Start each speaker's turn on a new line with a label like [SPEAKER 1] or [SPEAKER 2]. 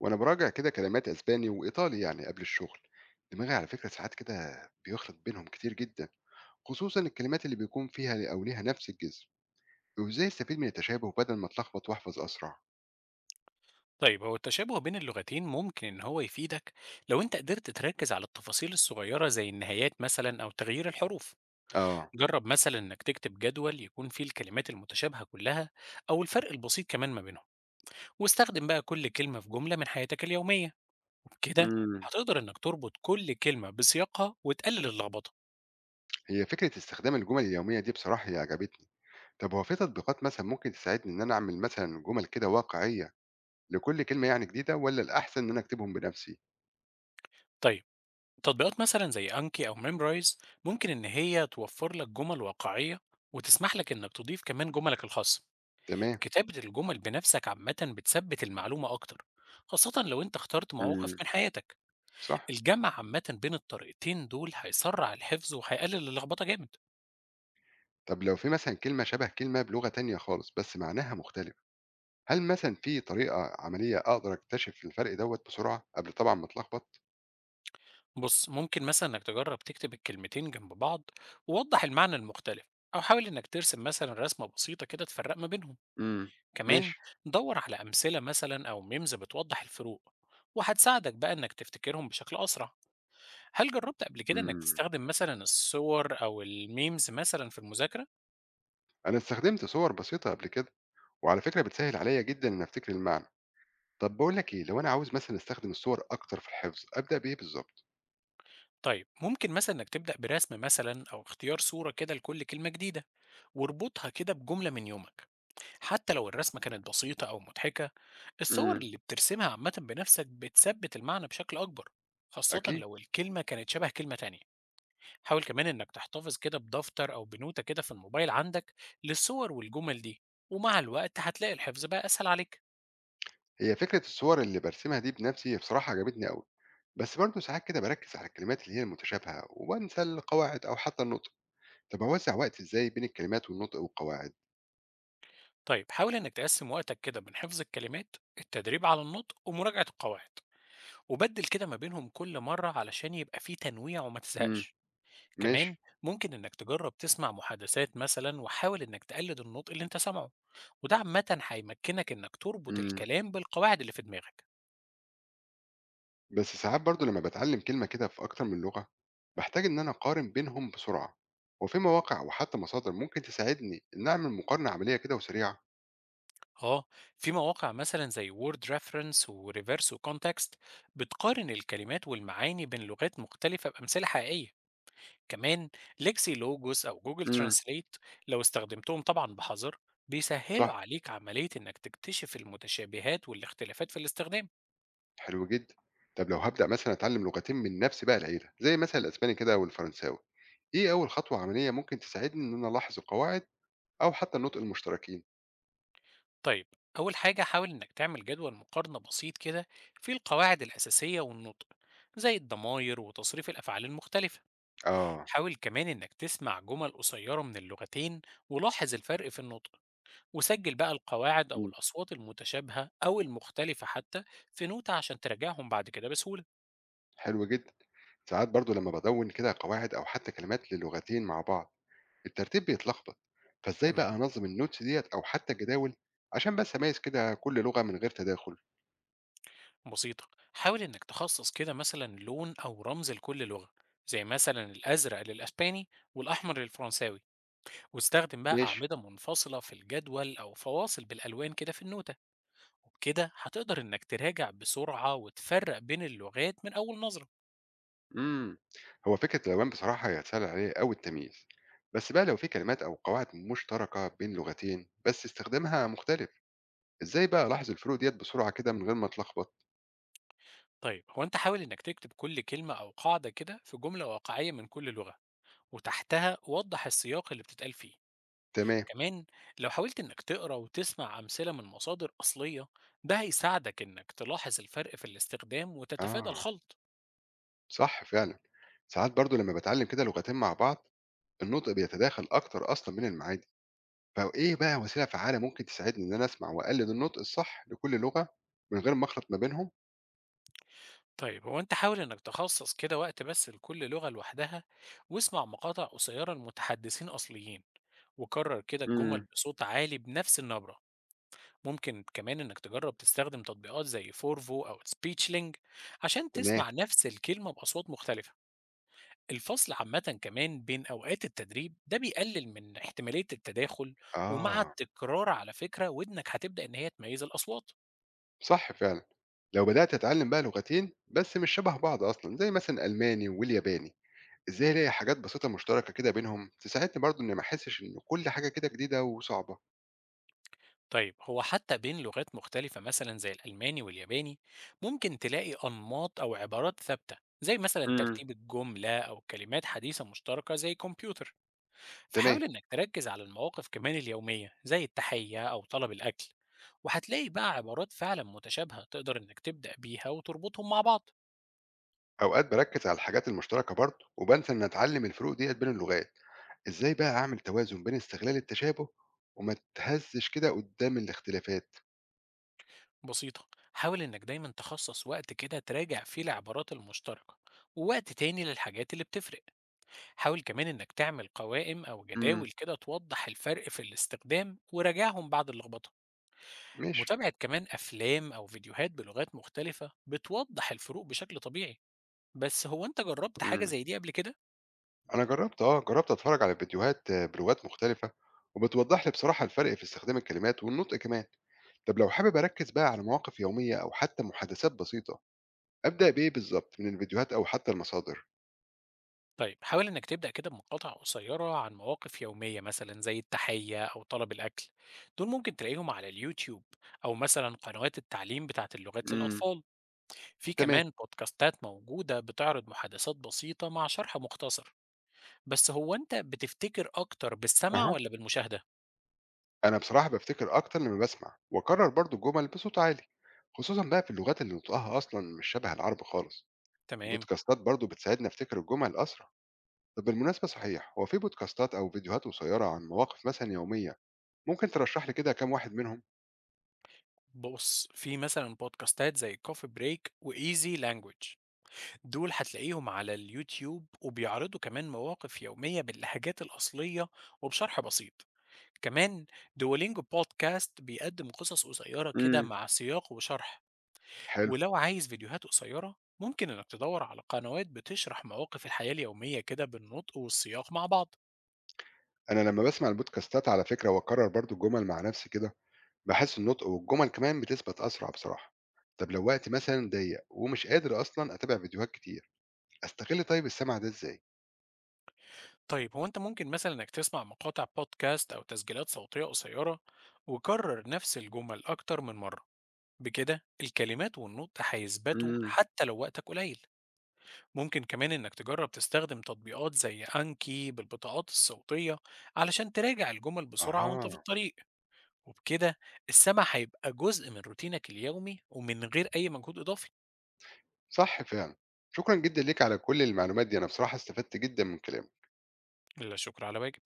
[SPEAKER 1] وانا براجع كده كلمات اسباني وايطالي يعني قبل الشغل، دماغي على فكره ساعات كده بيخلط بينهم كتير جدا، خصوصا الكلمات اللي بيكون فيها او ليها نفس الجذر. وازاي استفيد من التشابه بدل ما اتلخبط واحفظ اسرع.
[SPEAKER 2] طيب، هو التشابه بين اللغتين ممكن إن هو يفيدك. لو أنت قدرت تركز على التفاصيل الصغيرة زي النهايات مثلا أو تغيير الحروف،
[SPEAKER 1] اه.
[SPEAKER 2] جرب مثلا إنك تكتب جدول يكون فيه الكلمات المتشابهة كلها أو الفرق البسيط كمان ما بينهم، واستخدم بقى كل كلمة في جملة من حياتك اليومية. كده
[SPEAKER 1] امم.
[SPEAKER 2] هتقدر إنك تربط كل كلمة بسياقها وتقلل اللخبطة.
[SPEAKER 1] هي فكره استخدام الجمل اليوميه دي بصراحه هي عجبتني. طب هو في تطبيقات مثلا ممكن تساعدني ان انا اعمل مثلا جمل كده واقعيه لكل كلمه يعني جديده، ولا الاحسن ان انا اكتبهم بنفسي؟
[SPEAKER 2] طيب، تطبيقات مثلا زي أنكي أو ميمرايز ممكن إن هي توفر لك جمل واقعية وتسمح لك إنك تضيف كمان جملك الخاصة.
[SPEAKER 1] تمام.
[SPEAKER 2] كتابة الجمل بنفسك عامة بتثبت المعلومة أكتر، خاصة لو أنت اخترت مواقف
[SPEAKER 1] امم.
[SPEAKER 2] من حياتك.
[SPEAKER 1] صح.
[SPEAKER 2] الجمع عامة بين الطريقتين دول هيسرع الحفظ وهيقلل اللخبطة جامد.
[SPEAKER 1] طب لو في مثلا كلمه شبه كلمه بلغه تانية خالص بس معناها مختلف، هل مثلًا في طريقة عملية أقدر أكتشف الفرق دوّة بسرعة قبل طبعًا ما أتلخبط؟
[SPEAKER 2] بص، ممكن مثلا إنك تجرب تكتب الكلمتين جنب بعض، ووضح المعنى المختلف، أو حاول إنك ترسم مثلا رسمة بسيطة كده تفرق ما بينهم.
[SPEAKER 1] إمم.
[SPEAKER 2] كمان
[SPEAKER 1] ماشي.
[SPEAKER 2] دور على أمثلة مثلا أو ميمز بتوضح الفروق، وهتساعدك بقى إنك تفتكرهم بشكل أسرع. هل جربت قبل كده إنك
[SPEAKER 1] إمم.
[SPEAKER 2] تستخدم مثلا الصور أو الميمز مثلا في المذاكرة؟
[SPEAKER 1] أنا استخدمت صور بسيطة قبل كده، وعلى فكرة بتسهِّل عليّا جدًا إني أفتكر المعنى. طَب باقول لك إيه، لو أنا عاوز مثلًا أستخدم الصور أكتر في الحفظ، أبدأ بإيه بالضبط؟
[SPEAKER 2] طيب، ممكن مثلا انك تبدأ برسم مثلا او اختيار صورة كده لكل كلمة جديدة، واربطها كده بجملة من يومك. حتى لو الرسمة كانت بسيطة او مضحكة، الصور
[SPEAKER 1] إمم.
[SPEAKER 2] اللي بترسمها عامة بنفسك بتثبت المعنى بشكل اكبر، خاصة
[SPEAKER 1] أكيد.
[SPEAKER 2] لو الكلمة كانت شبه كلمة تانية. حاول كمان انك تحتفظ كده بدفتر او بنوتة كده في الموبايل عندك للصور والجمل دي، ومع الوقت هتلاقي الحفظ بقى اسهل عليك.
[SPEAKER 1] هي فكرة الصور اللي بارسمها دي بنَفْسي هي بصراحة عجبتني أوي، بس برضه ساعات كده باركِّز على الكلمات اللي هي المتشابهة وبانسى القواعد أو حتى النُطق. طَب أوزّع وقتي إزاي بين الكلمات والنُطق والقواعد؟
[SPEAKER 2] طيب، حاول انك تقسم وقتك كده بين حفظ الكلمات، التدريب على النطق، ومراجعة القواعد، وبدل كده ما بينهم كل مرة علشان يبقى فيه تنويع وما
[SPEAKER 1] إمم.
[SPEAKER 2] تزهقش. كمان
[SPEAKER 1] ماشي.
[SPEAKER 2] ممكن انك تجرب تسمع محادثات مثلا وحاول انك تقلد النطق اللي انت سامعه، وده عامة هيمكنك انك تربط
[SPEAKER 1] إمم.
[SPEAKER 2] الكلام بالقواعد اللي في دماغك.
[SPEAKER 1] بس ساعات برضو لما بتعلم كلمة كده في أكتر من لغة بحتاج إن أنا أقارن بينهم بسرعة. وفي مواقع وحتى مصادر ممكن تساعدني إن أعمل مقارنة عملية كده وسريعة.
[SPEAKER 2] اه، في مواقع مثلا زي وورد ريفرنس وريفيرس وكونتكست بتقارن الكلمات والمعاني بين لغات مختلفة بأمثلة حقيقية. كمان ليكسي لوجوس أو جوجل
[SPEAKER 1] امم.
[SPEAKER 2] ترانسليت، لو استخدمتهم طبعا بحذر، بيسهلوا
[SPEAKER 1] صح.
[SPEAKER 2] عليك عملية إنك تكتشف المتشابهات والاختلافات في الاستخدام.
[SPEAKER 1] حلو جدا. طب لو هبدأ مثلا أتعلم لغتين من نفس بقى العيلة زي مثلا الأسباني كده والفرنساوي، إيه أول خطوة عملية ممكن تساعدني إن أنا ألاحظ القواعد أو حتى النطق المشتركين؟
[SPEAKER 2] طيب، أول حاجة حاول إنك تعمل جدول مقارنة بسيط كده في القواعد الأساسية والنطق، زي الضماير وتصريف الأفعال المختلفة.
[SPEAKER 1] آه.
[SPEAKER 2] حاول كمان إنك تسمع جمل قصيرة من اللغتين، ولاحظ الفرق في النطق، وسجل بقى القواعد أو
[SPEAKER 1] مم.
[SPEAKER 2] الأصوات المتشابهة أو المختلفة حتى في نوتة عشان تراجعهم بعد كده بسهولة.
[SPEAKER 1] حلو جدا. ساعات برضو لما بدون كده قواعد أو حتى كلمات للغتين مع بعض الترتيب بيتلخبط، فازاي
[SPEAKER 2] تمام؟
[SPEAKER 1] بقى انظم النوتس ديت او حتى الجداول عشان بس اميز كده كل لغه من غير تداخل؟
[SPEAKER 2] بسيطة. حاول إنك تخصص كده مثلا لون أو رمز لكل لغة، زي مثلا الأزرق للأسباني والأحمر للفرنساوي، واستخدم بقى
[SPEAKER 1] ماشي.
[SPEAKER 2] أعمدة منفصلة في الجدول أو فواصل بالألوان كده في النوتة. وبكده هتقدر إنك تراجع بسرعة وتفرق بين اللغات من أول نظرة.
[SPEAKER 1] امم. هو فكره الالوان بصراحه هي هتسهل عليه قوي التمييز. بس بقى لو في كلمات او قواعد مشتركه بين لغتين بس استخدامها مختلف، ازاي بقى الاحظ الفروق ديت بسرعه كده من غير ما اتلخبط؟
[SPEAKER 2] طيب، هو أنت حاول إنك تكتب كل كلمة أو قاعدة كده في جملة واقعية من كل لغة، وتحتها وضح السياق اللي بتتقال فيه.
[SPEAKER 1] تمام.
[SPEAKER 2] كمان لو حاولت إنك تقرأ وتسمع أمثلة من مصادر أصلية، ده هيساعدك إنك تلاحظ الفرق في الاستخدام وتتفادى
[SPEAKER 1] اه.
[SPEAKER 2] الخلط.
[SPEAKER 1] صح فعلا. ساعات برضو لما بتعلم كده لغتين مع بعض النطق بيتداخل اكتر اصلا من المعاني، فإيه بقى وسيلة فعّالة ممكن تساعدني إن أنا أسمع وأقلِّد النطق الصح لكل لغة من غير ما أخلط ما بينهم؟
[SPEAKER 2] طيب، هو أنت حاول إنك تخصص كده وقت بس لكل لغة لوحدها، واسمع مقاطع قصيرة لمتحدثين أصليين، وكرر كده الجمل
[SPEAKER 1] إمم.
[SPEAKER 2] بصوت عالي بنفس النبرة. ممكن كمان إنك تجرب تستخدم تطبيقات زي فورفو أو سبيتشلينج عشان
[SPEAKER 1] تمام،
[SPEAKER 2] تسمع نفس الكلمة بأصوات مختلفة. الفصل عامة كمان بين أوقات التدريب ده بيقلل من احتمالية التداخل، ومع
[SPEAKER 1] آه،
[SPEAKER 2] التكرار على فكرة ودنك هتبدأ إن هي تميز الأصوات.
[SPEAKER 1] صح فعلًا. لو بدأت أتعلّم بقى لغتين بس مش شبه بعض أصلًا، زي مثلًا الألماني والياباني، إزاي ألاقي حاجات بسيطة مشتركة كده بينهم تساعدني برضه إني ما أحسّش إن كل حاجة كده جديدة وصعبة؟
[SPEAKER 2] طيب، هو حتى بين لغات مختلفة مثلا زي الألماني والياباني، ممكن تلاقي أنماط أو عبارات ثابتة زي مثلا
[SPEAKER 1] إمم.
[SPEAKER 2] ترتيب الجملة أو كلمات حديثة مشتركة زي كمبيوتر.
[SPEAKER 1] تمام،
[SPEAKER 2] فحاول إنك تركز على المواقف كمان اليومية زي التحية أو طلب الأكل، وهتلاقي بقى عبارات فعلا متشابهة تقدر إنك تبدأ بيها وتربطهم مع بعض.
[SPEAKER 1] أوقات باركّز على الحاجات المشتركة برضه وبانسى إني أتعلّم الفروق ديّة بين اللغات، إزاي بقى أعمل توازن بين استغلال التشابه وما اتهزّش كده قُدّام الاختلافات؟
[SPEAKER 2] بسيطة. حاول إنك دايما تخصص وقت كده تراجع فيه العبارات المشتركة، ووقت تاني للحاجات اللي بتفرق. حاول كمان إنك تعمل قوائم أو
[SPEAKER 1] إمم،
[SPEAKER 2] جداول كده توضح الفرق في الاستخدام وراجعهم بعد اللخبطة.
[SPEAKER 1] ماشي،
[SPEAKER 2] متابعة كمان أفلام أو فيديوهات بلغات مختلفة بتوضح الفروق بشكل طبيعي. بس هو أنت جربت حاجة
[SPEAKER 1] إمم،
[SPEAKER 2] زي دي قبل كده؟
[SPEAKER 1] أنا جرّبت أتفرّج على فيديوهات بلغات مختلفة، وبتوضّح لي بصراحة الفرق في استخدام الكلمات والنطق كمان. طب لو حابب أركّز بقى على مواقف يومية أو حتى محادثات بسيطة، أبدأ بإيه بالضبط، من الفيديوهات أو حتى المصادر؟
[SPEAKER 2] طيب، حاول إنك تبدأ كده بمقاطع قصيرة عن مواقف يومية مثلا زي التحية أو طلب الأكل. دول ممكن تلاقيهم على اليوتيوب أو مثلا قنوات التعليم بتاعة اللغات
[SPEAKER 1] إمم.
[SPEAKER 2] للأطفال. في
[SPEAKER 1] تمام،
[SPEAKER 2] كمان بودكاستات موجودة بتعرض محادثات بسيطة مع شرح مختصر. بس هو أنت بتفتكر أكتر بالسمع
[SPEAKER 1] أها،
[SPEAKER 2] ولا بالمشاهدة؟
[SPEAKER 1] أنا بصراحة بافتكر أكتر لمّا باسمع، وأكرّر برضه الجُمل بصوت عالي، خصوصًا بقى في اللغات اللي نطقها أصلًا مش شبه العربي خالص.
[SPEAKER 2] تمام.
[SPEAKER 1] البودكاستات برضه بتساعدني أفتكر الجُمل أسرع. طب بالمناسبة صحيح، هو في بودكاستات أو فيديوهات قصيرة عن مواقف مثلًا يومية ممكن ترشح لي كده كام واحد منهم؟
[SPEAKER 2] بص، في مثلا بودكاستات زي كوفي بريك وإيزي لانجوج، دول هتلاقيهم على اليوتيوب وبيعرضوا كمان مواقف يومية باللهجات الأصلية وبشرح بسيط. كمان دولينجو بودكاست بيقدم قصص قصيرة كده
[SPEAKER 1] امم.
[SPEAKER 2] مع سياق وشرح.
[SPEAKER 1] حلو.
[SPEAKER 2] ولو عايز فيديوهات قصيرة، ممكن إنك تدور على قنوات بتشرح مواقف الحياة اليومية كده بالنطق والسياق مع بعض.
[SPEAKER 1] انا لما بسمع البودكاستات على فكره واكرر برضو الجمل مع نفسي كده بحس النطق والجمل كمان بتثبت اسرع بصراحه. طب لو وقتي مثلا ضيق ومش قادر اصلا اتابع فيديوهات كتير، استغل طيب السمع ده ازاي؟
[SPEAKER 2] طيب، هو أنت ممكن مثلا إنك تسمع مقاطع بودكاست أو تسجيلات صوتية قصيرة، وكرر نفس الجمل أكتر من مرة. بكده الكلمات والنطق هيثبتوا
[SPEAKER 1] امم.
[SPEAKER 2] حتى لو وقتك قليل. ممكن كمان إنك تجرب تستخدم تطبيقات زي أنكي بالبطاقات الصوتية علشان تراجع الجمل بسرعة وأنت في
[SPEAKER 1] اها.
[SPEAKER 2] الطريق. وبكده السمع هيبقى جزء من روتينك اليومي ومن غير أي مجهود إضافي.
[SPEAKER 1] صح فعلا. شكرا جدا ليك على كل المعلومات دي، انا بصراحه استفدت جدا من كلامك.
[SPEAKER 2] لا شكر على واجب.